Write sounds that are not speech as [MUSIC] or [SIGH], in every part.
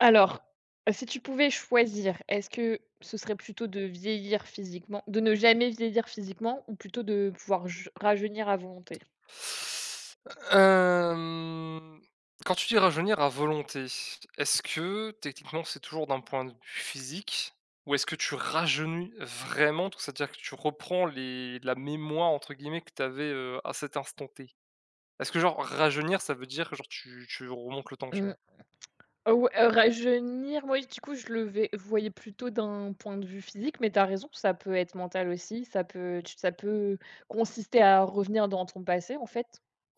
Alors, si tu pouvais choisir, est-ce que ce serait plutôt de vieillir physiquement de ne jamais vieillir physiquement ou plutôt de pouvoir j rajeunir à volonté? Hem, Quand tu dis rajeunir à volonté, est-ce que techniquement c'est toujours d'un point de vue physique? Ou est-ce que tu rajeunis vraiment? Donc c'est-à-dire que tu reprends les la «mémoire» entre guillemets que tu avais, à cet instant T? Est-ce que genre rajeunir ça veut dire que genre tu remontes le temps, tu Mmh. vois? Ouais, rajeunir, moi, du coup, je le vais voyais plutôt d'un point de vue physique, mais tu as raison, ça peut être mental aussi, ça peut consister à revenir dans ton passé, en fait,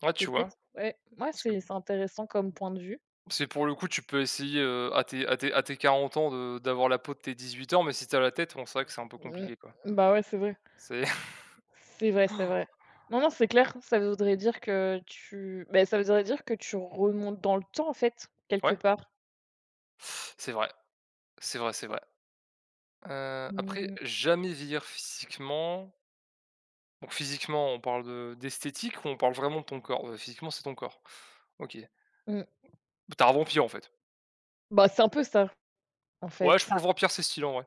Ouais, tu vois? peut-être. Ouais, moi, Parce que c'est intéressant comme point de vue. c'est pour le coup tu peux essayer, à tes 40 ans de d'avoir la peau de tes 18 ans, mais si t'as la tête, bon c'est vrai que c'est un peu Mmh, compliqué quoi. bah, ouais, c'est vrai. C'est [LAUGHS] C'est vrai, c'est vrai. Non, non, c'est clair, ça voudrait dire que tu remontes dans le temps, en fait, quelque ouais, part. c'est vrai, c'est vrai, c'est vrai. Après, Mmh, jamais vieillir physiquement. Donc physiquement, on parle de d'esthétique ou on parle vraiment de ton corps? Physiquement, c'est ton corps. OK. mmh. Tu un vampire, en fait. Bah, c'est un peu ça, en Ouais, je fait. prends le vampire, c'est stylé, en vrai.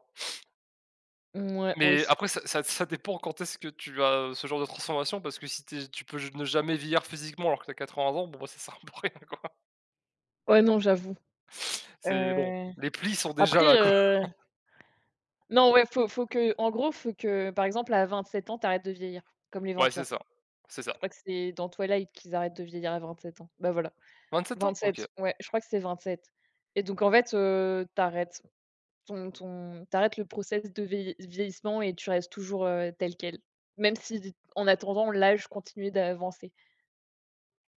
Mm. Ouais, moi Mais aussi. après ça dépend quand est-ce que tu as ce genre de transformation parce que si tu peux ne jamais vieillir physiquement alors que t'as 80 ans, bon, bah, ça sert pour rien, quoi. Ouais, non, j'avoue. [LAUGHS] C'est bon, Heu, les plis sont déjà après, là, quoi. Non, ouais, faut que en gros, faut que, par exemple, à 27 ans, t'arrêtes de vieillir, comme les Ouais, c'est vampires. ça, c'est ça. Je crois que c'est dans Twilight qu'ils arrêtent de vieillir à 27 ans. Bah, voilà, 27 ans? OK. 27, ouais, je crois que c'est 27 et donc en fait, tu Ton ton tu le process de vieillissement et tu restes toujours, tel quel. Même si en attendant l'âge continuait d'avancer.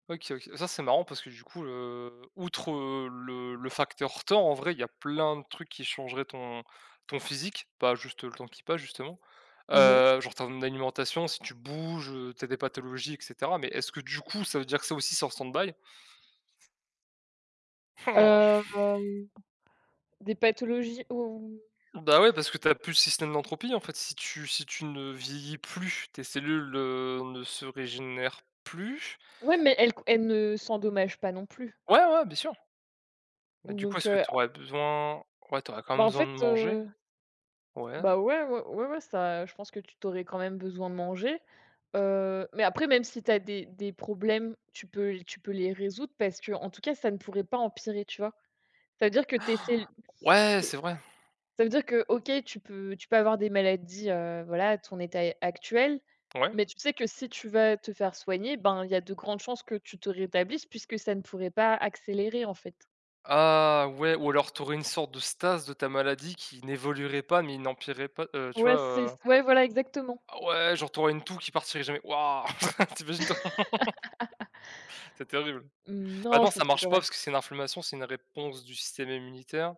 OK, OK. Ça, c'est marrant parce que du coup, outre, le facteur temps, en vrai, il y a plein de trucs qui changeraient ton physique, pas juste le temps qui passe justement. Mmh, mh. Genre ton alimentation, si tu bouges, tu des pathologies et cetera, mais est-ce que du coup, ça veut dire que ça aussi c'est en stand-by? [LAUGHS] Des pathologies ou. Hmm. Bah, ouais, parce que t'as plus le système d'entropie en fait. Si tu ne vieillis plus, tes cellules, ne se régénèrent plus. Ouais, mais elle ne s'endommage pas non plus. Ouais, ouais, bien sûr. Mais du coup, Donc est-ce que heu t'aurais besoin? Ouais, t'aurais quand Bah, même en besoin fait, de manger. heu, Ouais. Bah, ouais, ouais, ouais, ouais, ça je pense que tu aurais quand même besoin de manger. Mais après même si tu as des problèmes, tu peux les résoudre parce que en tout cas ça ne pourrait pas empirer, tu vois? Ça veut dire que tes cell. Ouais, c'est vrai. Ça veut dire que, OK, tu peux avoir des maladies, voilà, à ton état actuel, Ouais. mais tu sais que si tu vas te faire soigner, ben, il y a de grandes chances que tu te rétablisses puisque ça ne pourrait pas accélérer, en fait. Ah ouais, ou alors tu aurais une sorte de stase de ta maladie qui n'évoluerait pas, mais n'empirerait pas, tu vois, Ouais, c'est heu? ouais, voilà, exactement. Ah ouais, genre tu une toux qui partirait jamais. Waouh! [LAUGHS] Tu imagines toi? C'est terrible. Mmh, Bah non, non, je pense ça que quand marche pas même. parce que c'est une inflammation, c'est une réponse du système immunitaire.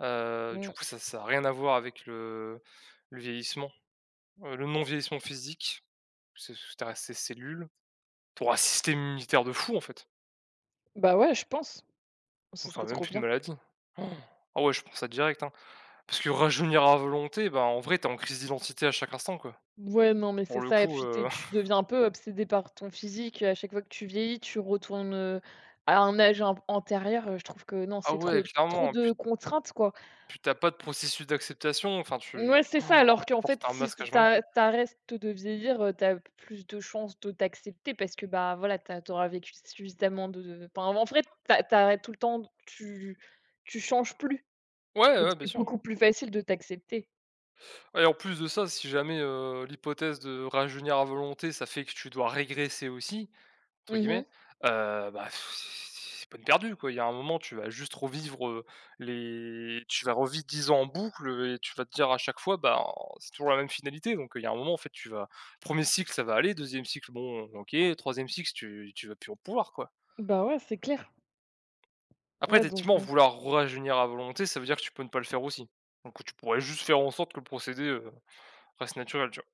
Du Mmh. coup, ça a rien à voir avec le vieillissement, le non-vieillissement physique, c'est ce tu ces cellules. T'auras un système immunitaire de fou, en fait, Bah, ouais, je pense. Ce donc tu serait auras même trop plus de bien. maladie. Han! Ah ouais, je pense ça direct, hein. Parce que rajeunir à volonté, bah, en vrai, t'es en crise d'identité à chaque instant, quoi. Ouais, non, mais c'est Pour le ça et coup, puis tu tu [LAUGHS] deviens un peu obsédé par ton physique. À chaque fois que tu vieillis, tu retournes, à un âge an antérieur, je trouve que non, ah c'est trop ouais, trop clairement, puis de contraintes, quoi. puis tu as pas de processus d'acceptation, enfin Ouais tu c'est ça, oh, alors tu qu'en fait, portes un si masque tu t'a H24. tu de vieillir, tu plus de chances de t'accepter parce que, bah, voilà, tu as vécu suffisamment enfin, en fait tu a tout le temps, tu changes plus, Ouais, ouais, donc ouais, bien c'est sûr beaucoup plus facile de t'accepter. et en plus de ça, si jamais, l'hypothèse de rajeunir à volonté, ça fait que tu dois régresser aussi, entre Mmh. guillemets, bah, c'est peine perdue, quoi. Il y a un moment, tu vas juste revivre, les tu vas revivre 10 ans en boucle, et tu vas te dire à chaque fois, bah c'est toujours la même finalité, donc il y a un moment, en fait, tu vas premier cycle, ça va aller, deuxième cycle, bon, OK, troisième cycle, tu vas plus en pouvoir, quoi. Bah, ouais, c'est clair. Après, Ouais, donc effectivement, ouais, vouloir rajeunir à volonté, ça veut dire que tu peux ne pas le faire aussi, donc tu pourrais juste faire en sorte que le procédé, reste naturel, tu vois?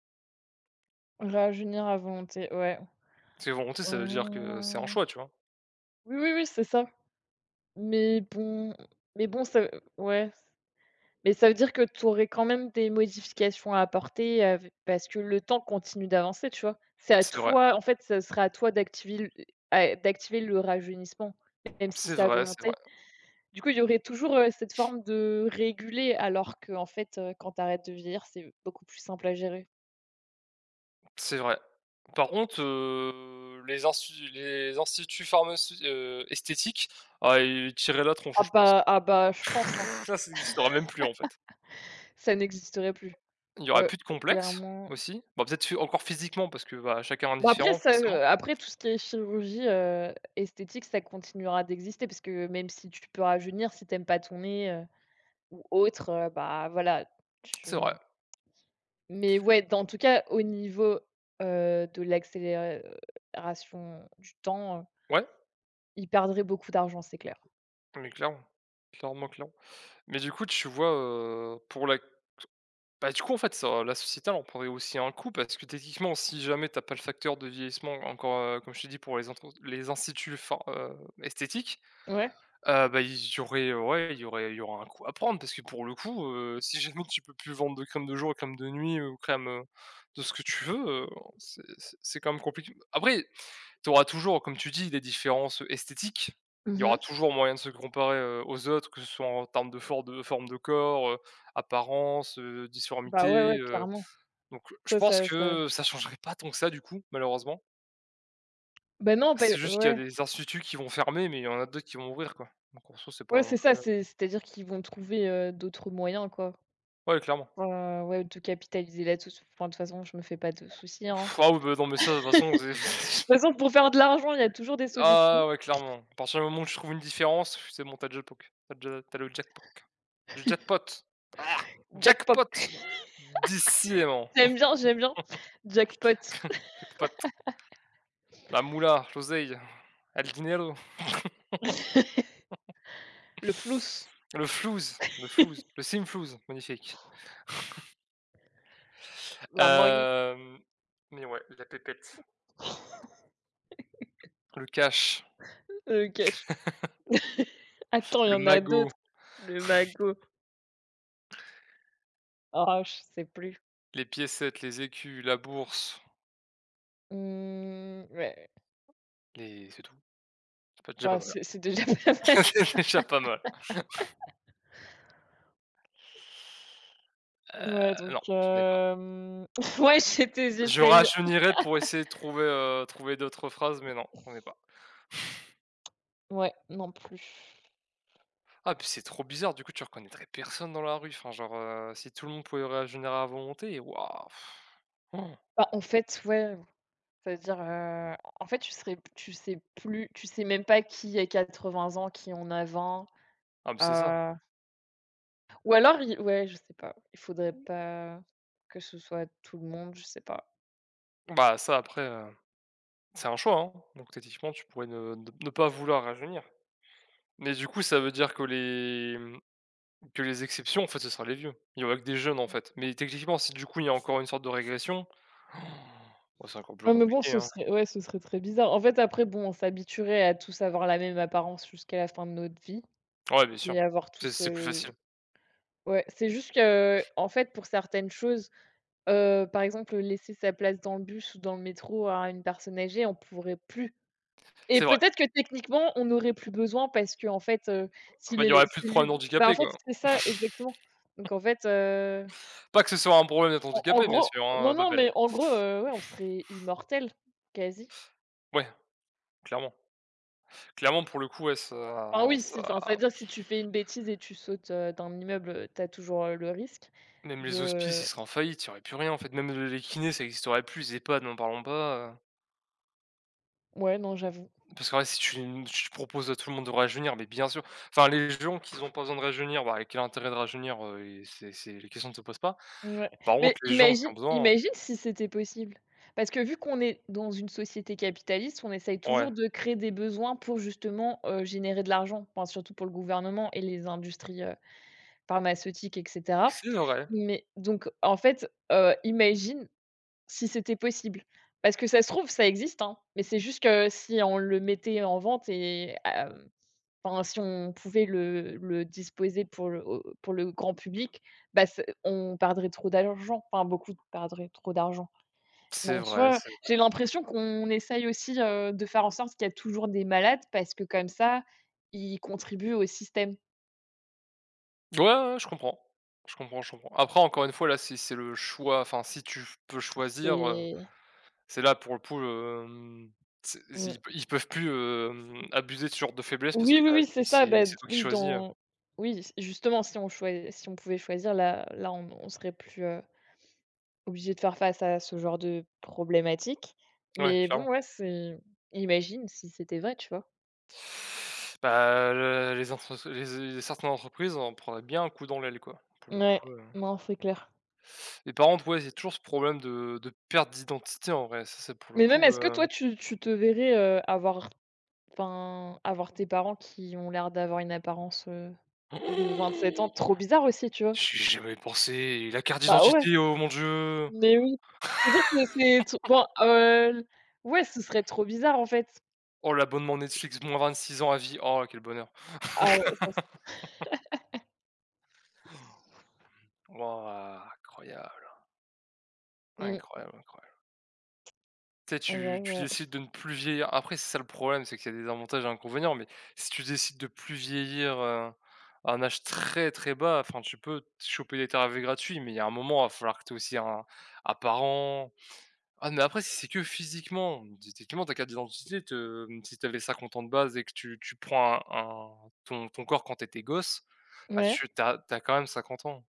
rajeunir à volonté, ouais. C'est volonté, ça veut dire que c'est un Ouais. choix, tu vois? Oui, oui, oui, c'est ça, mais bon mais bon, ça ouais. Mais ça veut dire que tu aurais quand même des modifications à apporter, parce que le temps continue d'avancer, tu vois? C'est à C'est vrai, toi en fait, ça sera à toi d'activer le à d'activer le rajeunissement, même si c'est c'est à vrai, c'est vrai. volonté. Du coup, il y aurait toujours, cette forme de réguler alors que en fait, quand tu arrêtes de vieillir, c'est beaucoup plus simple à gérer. C'est vrai. Par contre, les instituts pharmaceutiques esthétiques, ah, ils tiraient la tronche, Ah je pense. bah, ah bah, je pense, hein. [LAUGHS] Ça existerait même plus, en fait. Ça n'existerait plus. Il n'y aurait Ouais, plus de complexes, clairement. aussi. Bah, peut-être phy encore physiquement parce que, bah, chacun est Bah, après différent, ça, forcément. après tout ce qui est chirurgie, esthétique, ça continuera d'exister parce que même si tu peux rajeunir, si t'aimes pas ton nez, ou autre, bah, voilà, C'est vrai. tu mais ouais, dans en tout cas, au niveau, de l'accélération du temps, Ouais, ils perdraient beaucoup d'argent, c'est clair. mais clairement. Clairement, clairement. Mais du coup, tu vois, pour la bah, du coup, en fait, ça la société, elle en prendrait aussi un coup parce que techniquement, si jamais t'as pas le facteur de vieillissement encore, comme je t'ai dit pour les instituts phar esthétiques. Ouais. Bah, il y aurait ouais, il y aura un coup à prendre parce que pour le coup, si jamais tu peux plus vendre de crème de jour, crème de nuit ou crème, de ce que tu veux, c'est quand même compliqué. Après, tu auras toujours, comme tu dis, des différences, esthétiques. Il y aura Mmh. toujours moyen de se comparer, aux autres, que ce soit en termes de forme de corps, apparence, Bah, ouais, ouais, difformité, heu, clairement. donc je Ça pense ça ça que ça changerait pas tant que ça du coup, malheureusement. bah, non, bah, C'est juste qu'il y a ouais. des instituts qui vont fermer, mais il y en a d'autres qui vont ouvrir quoi, donc en soi, c'est Ouais, pas non c'est ça, plus, c'est-à-dire qu'ils vont trouver, d'autres moyens, quoi. ouais, clairement. Enfin, ouais, de capitaliser là-dessus. Enfin, de toute façon, je me fais pas de soucis, hein. Pff, ah oui, bah, non, mais ça, de toute façon, c'est De toute façon, pour faire de l'argent, il y a toujours des [LAUGHS] solutions. ah ouais, clairement. À partir du moment où tu trouves une différence, c'est bon, tu as déjà le poc tu déjà tu le jackpoc le jackpot. Ah! Jackpot. Jackpot! [LAUGHS] Décidément, J'aime bien, j'aime bien. Jackpot, jackpot, la moula, l'oseille, el dinero, le flouss, le flouze, le flouze, le simflouze, magnifique. la money, Hem, mais ouais, la pépette, le cash, le cash. [LAUGHS] Attends, il y le en a magot, d'autres. Le magot. Oh, je sais plus. les piécettes, les écus, la bourse, Mmh, ouais. les c'est tout. C'est pas déjà pas Bah, mal. c'est déjà [LAUGHS] pas [LAUGHS] mal. C'est déjà pas mal. Ouais, donc Non, j'en ai [LAUGHS] ouais, j'étais je j'essayais rajeunirais pour essayer de trouver d'autres phrases, mais non, j'en ai pas. ouais, non plus. Ah puis c'est trop bizarre, du coup, tu reconnaîtrais personne dans la rue, enfin genre, si tout le monde pouvait rajeunir à volonté, waouh! Oh. Bah, en fait, ouais, c'est-à-dire, en fait, tu serais tu sais plus tu sais même pas qui a 80 ans, qui en a 20 Ah mais c'est ça. heu, ou alors il ouais, je sais pas, il faudrait pas que ce soit tout le monde, je sais pas. Bah ça après, c'est un choix, hein, donc techniquement tu pourrais ne pas vouloir rajeunir. Mais du coup, ça veut dire que que les exceptions, en fait, ce sera les vieux. Il y aura que des jeunes, en fait. Mais techniquement, si du coup il y a encore une sorte de régression, bah c'est encore plus Ouais, mais bon, compliqué, ce hein. serait ouais, ce serait très bizarre. En fait, après, bon, on s'habituerait à tous avoir la même apparence jusqu'à la fin de notre vie Ouais, bien sûr. et avoir C'est tous, c'est plus facile. ouais, c'est juste que en fait, pour certaines choses. Par exemple, laisser sa place dans le bus ou dans le métro à une personne âgée, on pourrait plus et C'est vrai. peut-être que techniquement, on n'aurait plus besoin parce que en fait, si Bah, les il y les aurait plus de problèmes cellules bah, en d'handicapés, fait, quoi. c'est ça exactement. Donc en fait, Pas que ce soit un problème d'être en en handicapé, bien gros sûr, hein, non, non, Babel. mais en gros, ouais, on serait immortel quasi. Ouais, clairement. Clairement, pour le coup, ouais, Enfin ça oui, si, enfin, ça c'est-à-dire si tu fais une bêtise et tu sautes, d'un immeuble, t'as toujours, le risque même les hospices, ils de seraient en faillite, il y aurait plus rien, en fait. Même les kinés, ça n'existerait plus, les EHPAD, n'en parlons pas, ouais, non, j'avoue. parce que ouais, si tu proposes à tout le monde de rajeunir, mais bien sûr, enfin, les gens qui n'ont pas besoin de rajeunir, bah, quel intérêt de rajeunir, et c'est les questions ne se posent pas. Ouais, Par mais contre, les gens qui imagine ont besoin imagine si c'était possible? Parce que vu qu'on est dans une société capitaliste, on essaye toujours ouais, de créer des besoins pour justement, générer de l'argent, enfin surtout pour le gouvernement et les industries, pharmaceutiques et cetera. c'est vrai, Mais donc en fait, imagine si c'était possible? Parce que ça se trouve, ça existe, hein, mais c'est juste que si on le mettait en vente et hem Enfin, si on pouvait le disposer pour le grand public, bah, c'est on perdrait trop d'argent, enfin beaucoup perdraient trop d'argent. Mais c'est en vrai, soi, c'est j'ai l'impression qu'on essaye aussi, de faire en sorte qu'il y a toujours des malades parce que comme ça, ils contribuent au système. ouais, ouais, ouais, je comprends. Je comprends, je comprends. Après, encore une fois, là, c'est le choix enfin, si tu peux choisir, C'est c'est là pour le coup, c'est Mmh. ils p ils peuvent plus, abuser de ce genre de faiblesse parce Oui, que, oui, bah, oui, c'est c'est ça, c'est bah, d c'est toi qui oui, choisis, dans oui, justement, si on pouvait choisir là, on serait plus, obligé de faire face à ce genre de problématique, ouais, mais bon, clairement. ouais, c'est imagine si c'était vrai, tu vois? Bah, le les entrepr les é certaines entreprises en prendraient bien un coup dans l'aile, quoi, pour le Ouais, coup, non, c'est clair. et par contre, ouais, il toujours ce problème de perte d'identité, en vrai. Ça, c'est pour le Mais même, coup, est-ce que toi, tu te verrais, avoir, enfin, avoir tes parents qui ont l'air d'avoir une apparence, de 27 ans? [GASPS] Trop bizarre aussi, tu vois? j'y ai jamais pensé la carte Bah, ouais, d'identité, oh mon Dieu! mais oui. C'est-à-dire que c'est tr bon, ouais, ce serait trop bizarre, en fait. Oh l'abonnement Netflix, moins 26 ans à vie. Oh quel bonheur. Ah ouais, ça, Wouah, incroyable, mmh, incroyable, incroyable. Tu sais, tu j'avoue, tu ouais. décides de ne plus vieillir. Après, c'est ça le problème, c'est qu'il y a des avantages et inconvénients, mais si tu décides de plus vieillir, à un âge très, très bas, enfin tu peux te choper des tarifs gratuits, mais il y a un moment, il va falloir que tu aies aussi un parent. Ah mais après si c'est que physiquement, techniquement ta carte d'identité te si tu avais 50 ans de base et que tu prends un ton corps quand tu étais gosse, bah Ouais? tu as tu quand même 50 ans.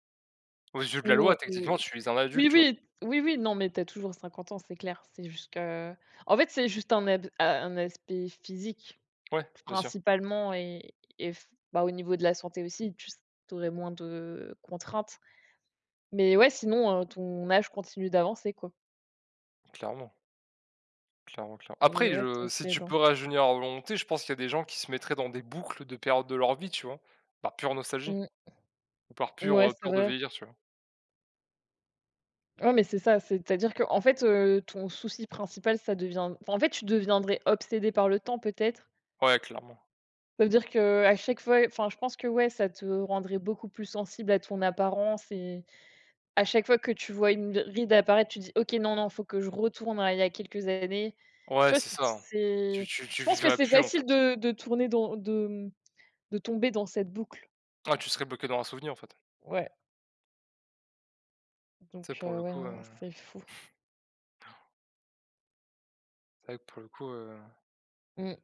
Aux yeux de la loi, Mouais, oui. techniquement, tu es un Oui, adulte, tu vois? oui, oui, oui, non, mais t'as toujours 50 ans, c'est clair. C'est juste que en fait, c'est juste un ab a un aspect physique Ouais, bien sûr, principalement et f bah, au niveau de la santé aussi, tu aurais moins de contraintes. Mais ouais, sinon, ton âge continue d'avancer, quoi. clairement, clairement, clairement. Mais Après, ouais, ça je si serait tu peux rajeunir à volonté, je pense qu'il y a des gens qui se mettraient dans des boucles de périodes de leur vie, tu vois? Par pure nostalgie mmh, ou par pure, ouais, c'est peur de vrai. vieillir, tu vois? Ouais, mais c'est ça, c'est-à-dire que en fait, ton souci principal, ça devient enfin, en fait, tu deviendrais obsédé par le temps peut-être. Ouais, clairement. Ça veut dire que à chaque fois enfin, je pense que, ouais, ça te rendrait beaucoup plus sensible à ton apparence et à chaque fois que tu vois une ride apparaître, tu dis: «OK, non, non, faut que je retourne à il y a quelques années». Tu Ouais, vois? c'est ça, hein. C'est Tu je pense que vivrais c'est plus, en facile fait. de tourner de tomber dans cette boucle. Ah, tu serais bloqué dans un souvenir, en fait. Ouais, Ça, donc pour le ouais, coup, non, non, c'est fou. c'est vrai que pour le coup, Mmh.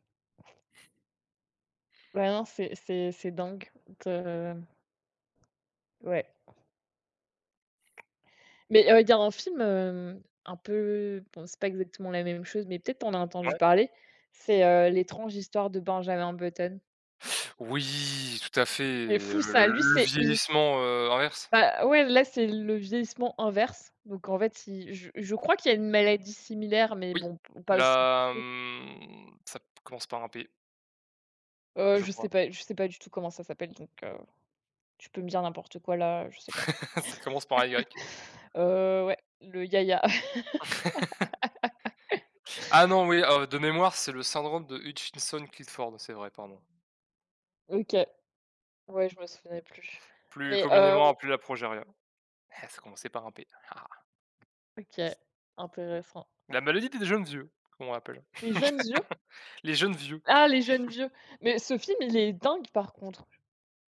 Ouais, non, c'est dingue de ouais. Mais, il y a un film, un peu bon, c'est pas exactement la même chose, mais peut-être tu en as entendu ouais. parler. C'est, «L'étrange histoire de Benjamin Button». Oui, tout à fait, C'est fou le ça, lui, le c'est il vieillissement, inverse. bah, ouais, là, c'est le vieillissement inverse. Donc en fait, il je crois qu'il y a une maladie similaire, mais Oui, bon, p pas aussi poussée. Ça commence par un P, je je sais crois. pas je sais pas du tout comment ça s'appelle, donc tu peux me dire n'importe quoi là, je sais pas. [LAUGHS] Ça commence par un Y. Ouais, le yaya. [LAUGHS] Ah non, oui, de mémoire, c'est le syndrome de Hutchinson-Clifford, c'est vrai, pardon. OK, ouais, je me souvenais plus. Plus Mais, communément appelé la progéria. Eh, ça commençait par un P. Ah! OK, intéressant. La maladie des jeunes vieux, comme on l'appelle. Les jeunes. Les jeunes vieux. Ah, les jeunes vieux. Mais ce film, il est dingue par contre.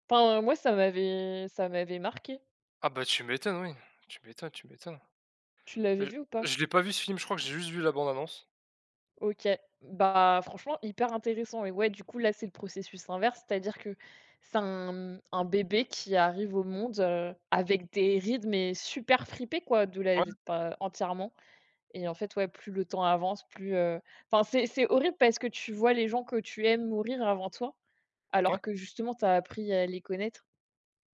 Enfin, moi, ça m'avait marqué. Ah bah, tu m'étonnes, oui. Tu m'étonnes, tu m'étonnes. Tu l'avais Je vu ou pas? je l'ai pas vu ce film, je crois que j'ai juste vu la bande annonce. OK. Bah, franchement, hyper intéressant et ouais, du coup, là, c'est le processus inverse, c'est-à-dire que c'est un bébé qui arrive au monde, avec des rides, mais super fripées, quoi, de la Ouais, d enfin, entièrement et en fait, ouais, plus le temps avance, plus, enfin, c'est horrible parce que tu vois les gens que tu aimes mourir avant toi, alors ouais, que justement, tu as appris à les connaître.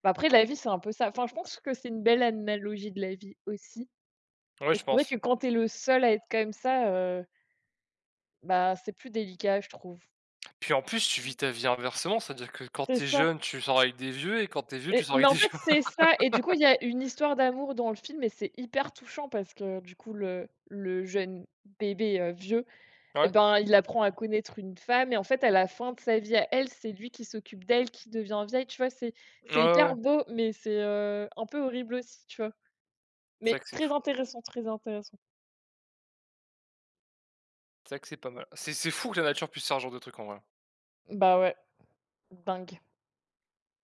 Bah, après la vie, c'est un peu ça. Enfin, je pense que c'est une belle analogie de la vie aussi. ouais, Mais je c'est vrai pense. que quand tu es le seul à être comme ça, bah, c'est plus délicat, je trouve. Puis en plus, tu vis ta vie inversement, c'est-à-dire que quand C'est t'es ça jeune, tu sors avec des vieux et quand t'es vieux, tu sors mais avec en des fait, jeunes. c'est [LAUGHS] ça et du coup, il y a une histoire d'amour dans le film et c'est hyper touchant parce que du coup, le jeune bébé, vieux et Ouais. ben, il apprend à connaître une femme et en fait, à la fin de sa vie à elle, c'est lui qui s'occupe d'elle, qui devient vieille, tu vois? C'est Ouais, ouais, c'est hyper ouais. beau, mais c'est, un peu horrible aussi, tu vois? C'est Mais ça que c'est très fou. intéressant, très intéressant. C'est ça que c'est pas mal. C'est fou que la nature puisse faire ce genre de truc en vrai. Bah, ouais. Dingue.